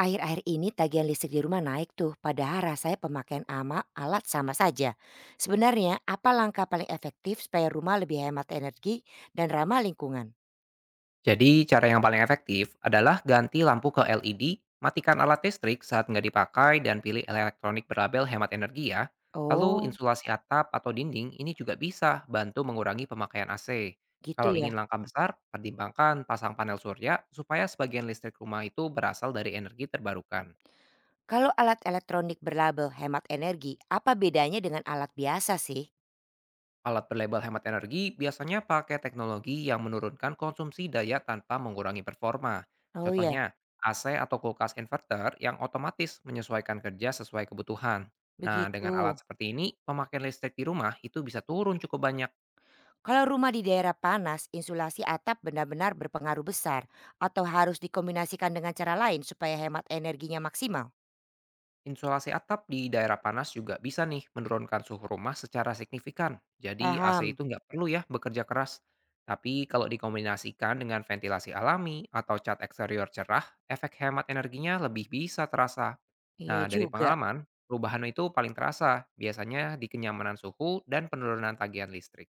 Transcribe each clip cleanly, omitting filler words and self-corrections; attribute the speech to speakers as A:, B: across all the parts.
A: Akhir-akhir ini tagihan listrik di rumah naik tuh, padahal rasanya pemakaian ama alat sama saja. Sebenarnya apa langkah paling efektif supaya rumah lebih hemat energi dan ramah lingkungan?
B: Jadi, cara yang paling efektif adalah ganti lampu ke LED, matikan alat listrik saat nggak dipakai, dan pilih elektronik berlabel hemat energi ya. Lalu,
A: Oh,
B: insulasi atap atau dinding ini juga bisa bantu mengurangi pemakaian AC.
A: gitu
B: Kalau
A: ya.
B: ingin langkah besar, pertimbangkan pasang panel surya supaya sebagian listrik rumah itu berasal dari energi terbarukan.
A: Kalau alat elektronik berlabel hemat energi, apa bedanya dengan alat biasa sih?
B: Alat berlabel hemat energi biasanya pakai teknologi yang menurunkan konsumsi daya tanpa mengurangi performa.
A: Oh ya,
B: Contohnya, AC atau kulkas inverter yang otomatis menyesuaikan kerja sesuai kebutuhan. Nah, dengan
A: begitu.
B: alat seperti ini, pemakaian listrik di rumah itu bisa turun cukup banyak.
A: Kalau rumah di daerah panas, insulasi atap benar-benar berpengaruh besar atau harus dikombinasikan dengan cara lain supaya hemat energinya maksimal.
B: Insulasi atap di daerah panas juga bisa nih menurunkan suhu rumah secara signifikan. Jadi AC
A: Paham?
B: itu nggak perlu ya bekerja keras. Tapi kalau dikombinasikan dengan ventilasi alami atau cat eksterior cerah, efek hemat energinya lebih bisa terasa.
A: Iya
B: Nah, dari
A: juga.
B: pengalaman, perubahan itu paling terasa, biasanya di kenyamanan suhu dan penurunan tagihan listrik.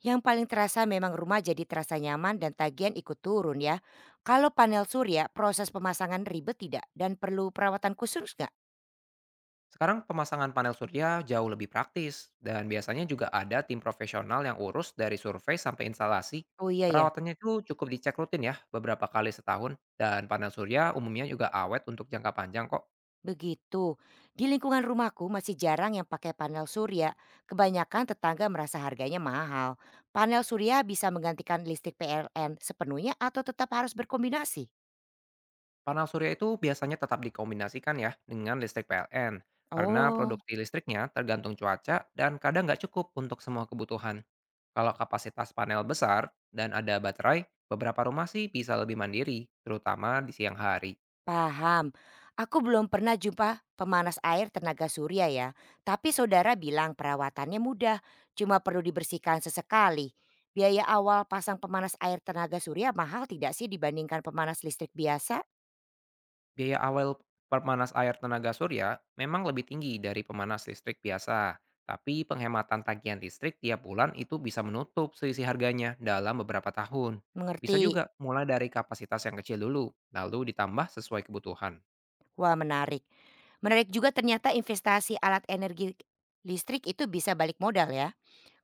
A: Yang paling terasa memang rumah jadi terasa nyaman dan tagihan ikut turun ya. Kalau panel surya, proses pemasangan ribet tidak dan perlu perawatan khusus nggak?
B: Sekarang pemasangan panel surya jauh lebih praktis dan biasanya juga ada tim profesional yang urus dari survei sampai instalasi.
A: Oh iya ya,
B: Perawatannya itu cukup dicek rutin ya beberapa kali setahun dan panel surya umumnya juga awet untuk jangka panjang kok.
A: begitu. Di lingkungan rumahku masih jarang yang pakai panel surya. Kebanyakan tetangga merasa harganya mahal. Panel surya bisa menggantikan listrik PLN sepenuhnya atau tetap harus berkombinasi?
B: Panel surya itu biasanya tetap dikombinasikan ya dengan listrik PLN karena
A: Oh,
B: produksi listriknya tergantung cuaca dan kadang nggak cukup untuk semua kebutuhan. Kalau kapasitas panel besar dan ada baterai, beberapa rumah sih bisa lebih mandiri, terutama di siang hari.
A: paham. Aku belum pernah jumpa pemanas air tenaga surya ya. Tapi saudara bilang perawatannya mudah, cuma perlu dibersihkan sesekali. Biaya awal pasang pemanas air tenaga surya mahal tidak sih dibandingkan pemanas listrik biasa?
B: Biaya awal pemanas air tenaga surya memang lebih tinggi dari pemanas listrik biasa, tapi penghematan tagihan listrik tiap bulan itu bisa menutup selisih harganya dalam beberapa tahun. Bisa
A: Mengerti?
B: juga mulai dari kapasitas yang kecil dulu, lalu ditambah sesuai kebutuhan.
A: Wah, menarik. Menarik juga ternyata investasi alat energi listrik itu bisa balik modal ya.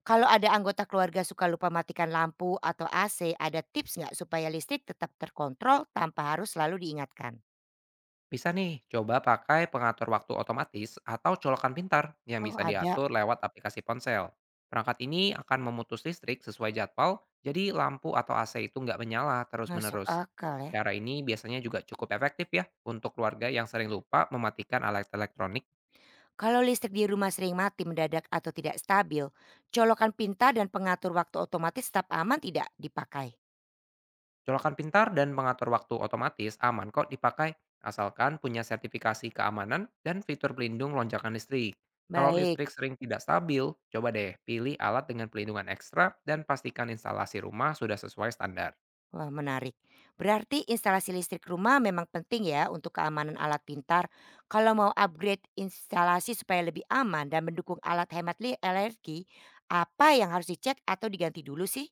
A: Kalau ada anggota keluarga suka lupa matikan lampu atau AC, ada tips nggak supaya listrik tetap terkontrol tanpa harus selalu diingatkan?
B: Bisa nih, coba pakai pengatur waktu otomatis atau colokan pintar yang
A: Oh,
B: bisa
A: ada.
B: diatur lewat aplikasi ponsel. Perangkat ini akan memutus listrik sesuai jadwal, jadi lampu atau AC itu nggak menyala
A: Masuk
B: terus-menerus.
A: akal ya.
B: Cara ini biasanya juga cukup efektif ya untuk keluarga yang sering lupa mematikan alat elektronik.
A: Kalau listrik di rumah sering mati mendadak atau tidak stabil, colokan pinta dan pengatur waktu otomatis tetap aman tidak dipakai?
B: Colokan pintar dan pengatur waktu otomatis aman kok dipakai, asalkan punya sertifikasi keamanan dan fitur pelindung lonjakan listrik. Kalau
A: Baik,
B: listrik sering tidak stabil, coba deh pilih alat dengan pelindungan ekstra dan pastikan instalasi rumah sudah sesuai standar.
A: wah, menarik. Berarti instalasi listrik rumah memang penting ya untuk keamanan alat pintar. Kalau mau upgrade instalasi supaya lebih aman dan mendukung alat hemat energi, apa yang harus dicek atau diganti dulu sih?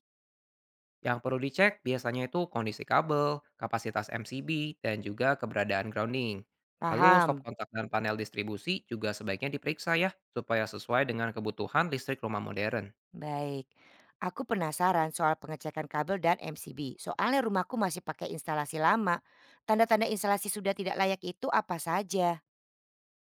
B: Yang perlu dicek biasanya itu kondisi kabel, kapasitas MCB, dan juga keberadaan grounding. Lalu stop
A: Paham.
B: kontak dan panel distribusi juga sebaiknya diperiksa ya, supaya sesuai dengan kebutuhan listrik rumah modern.
A: Baik, aku penasaran soal pengecekan kabel dan MCB. Soalnya rumahku masih pakai instalasi lama. Tanda-tanda instalasi sudah tidak layak itu apa saja?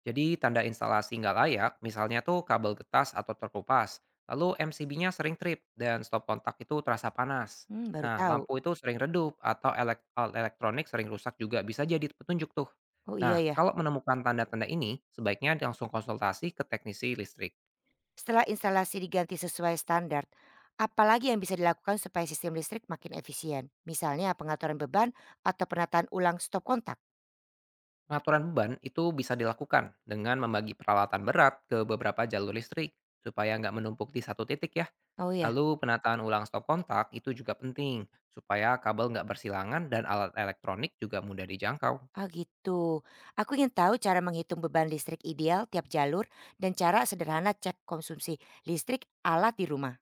B: Jadi tanda instalasi nggak layak, misalnya tuh kabel getas atau terkupas, lalu MCB-nya sering trip dan stop kontak itu terasa panas.
A: Hmm, baru
B: Nah,
A: tahu.
B: lampu itu sering redup atau alat elektronik sering rusak juga bisa jadi petunjuk tuh.
A: Oh
B: Nah,
A: iya ya.
B: kalau menemukan tanda-tanda ini, sebaiknya langsung konsultasi ke teknisi listrik.
A: Setelah instalasi diganti sesuai standar, apalagi yang bisa dilakukan supaya sistem listrik makin efisien? Misalnya pengaturan beban atau penataan ulang stop kontak.
B: Pengaturan beban itu bisa dilakukan dengan membagi peralatan berat ke beberapa jalur listrik supaya nggak menumpuk di satu titik ya.
A: Oh iya,
B: Lalu penataan ulang stop kontak itu juga penting supaya kabel nggak bersilangan dan alat elektronik juga mudah dijangkau.
A: ah gitu. Aku ingin tahu cara menghitung beban listrik ideal tiap jalur dan cara sederhana cek konsumsi listrik alat di rumah.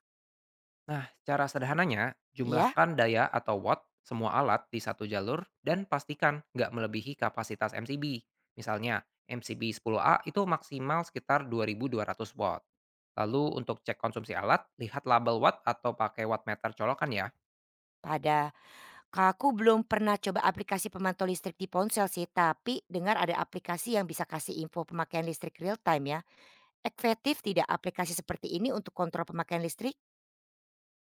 B: Nah, cara sederhananya,
A: Iya?
B: jumlahkan daya atau watt semua alat di satu jalur dan pastikan nggak melebihi kapasitas MCB. Misalnya, MCB 10A itu maksimal sekitar 2.200 watt. Lalu untuk cek konsumsi alat, lihat label watt atau pakai wattmeter colokan ya.
A: Pada, Kak, aku belum pernah coba aplikasi pemantau listrik di ponsel sih, tapi dengar ada aplikasi yang bisa kasih info pemakaian listrik real time ya. Efektif tidak aplikasi seperti ini untuk kontrol pemakaian listrik?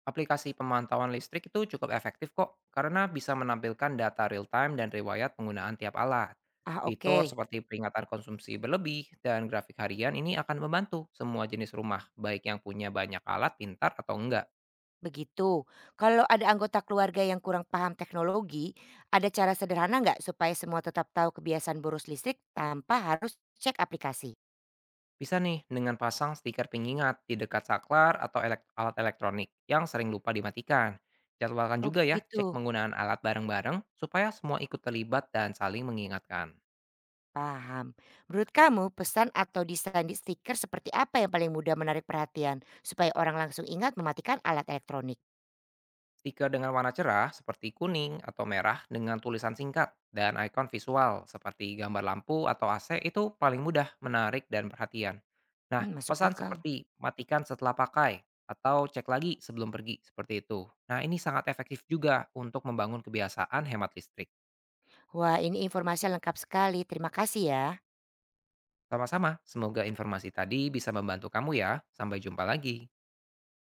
B: Aplikasi pemantauan listrik itu cukup efektif kok karena bisa menampilkan data real time dan riwayat penggunaan tiap alat.
A: Ah,
B: Fitur
A: oke.
B: seperti peringatan konsumsi berlebih dan grafik harian ini akan membantu semua jenis rumah, baik yang punya banyak alat pintar atau enggak.
A: Begitu. Kalau ada anggota keluarga yang kurang paham teknologi, ada cara sederhana nggak supaya semua tetap tahu kebiasaan boros listrik tanpa harus cek aplikasi?
B: Bisa nih dengan pasang stiker pengingat di dekat saklar atau alat elektronik yang sering lupa dimatikan. Jadwalkan
A: Oh
B: juga ya cek
A: gitu.
B: penggunaan alat bareng-bareng supaya semua ikut terlibat dan saling mengingatkan.
A: Paham. Menurut kamu, pesan atau desain di stiker seperti apa yang paling mudah menarik perhatian supaya orang langsung ingat mematikan alat elektronik?
B: Stiker dengan warna cerah seperti kuning atau merah dengan tulisan singkat dan ikon visual seperti gambar lampu atau AC itu paling mudah menarik dan perhatian. Nah,
A: Hmm, masuk
B: pesan
A: akal.
B: seperti matikan setelah pakai atau cek lagi sebelum pergi seperti itu. Nah, ini sangat efektif juga untuk membangun kebiasaan hemat listrik.
A: Wah, ini informasi lengkap sekali. Terima kasih ya.
B: Sama-sama, semoga informasi tadi bisa membantu kamu ya. Sampai jumpa lagi.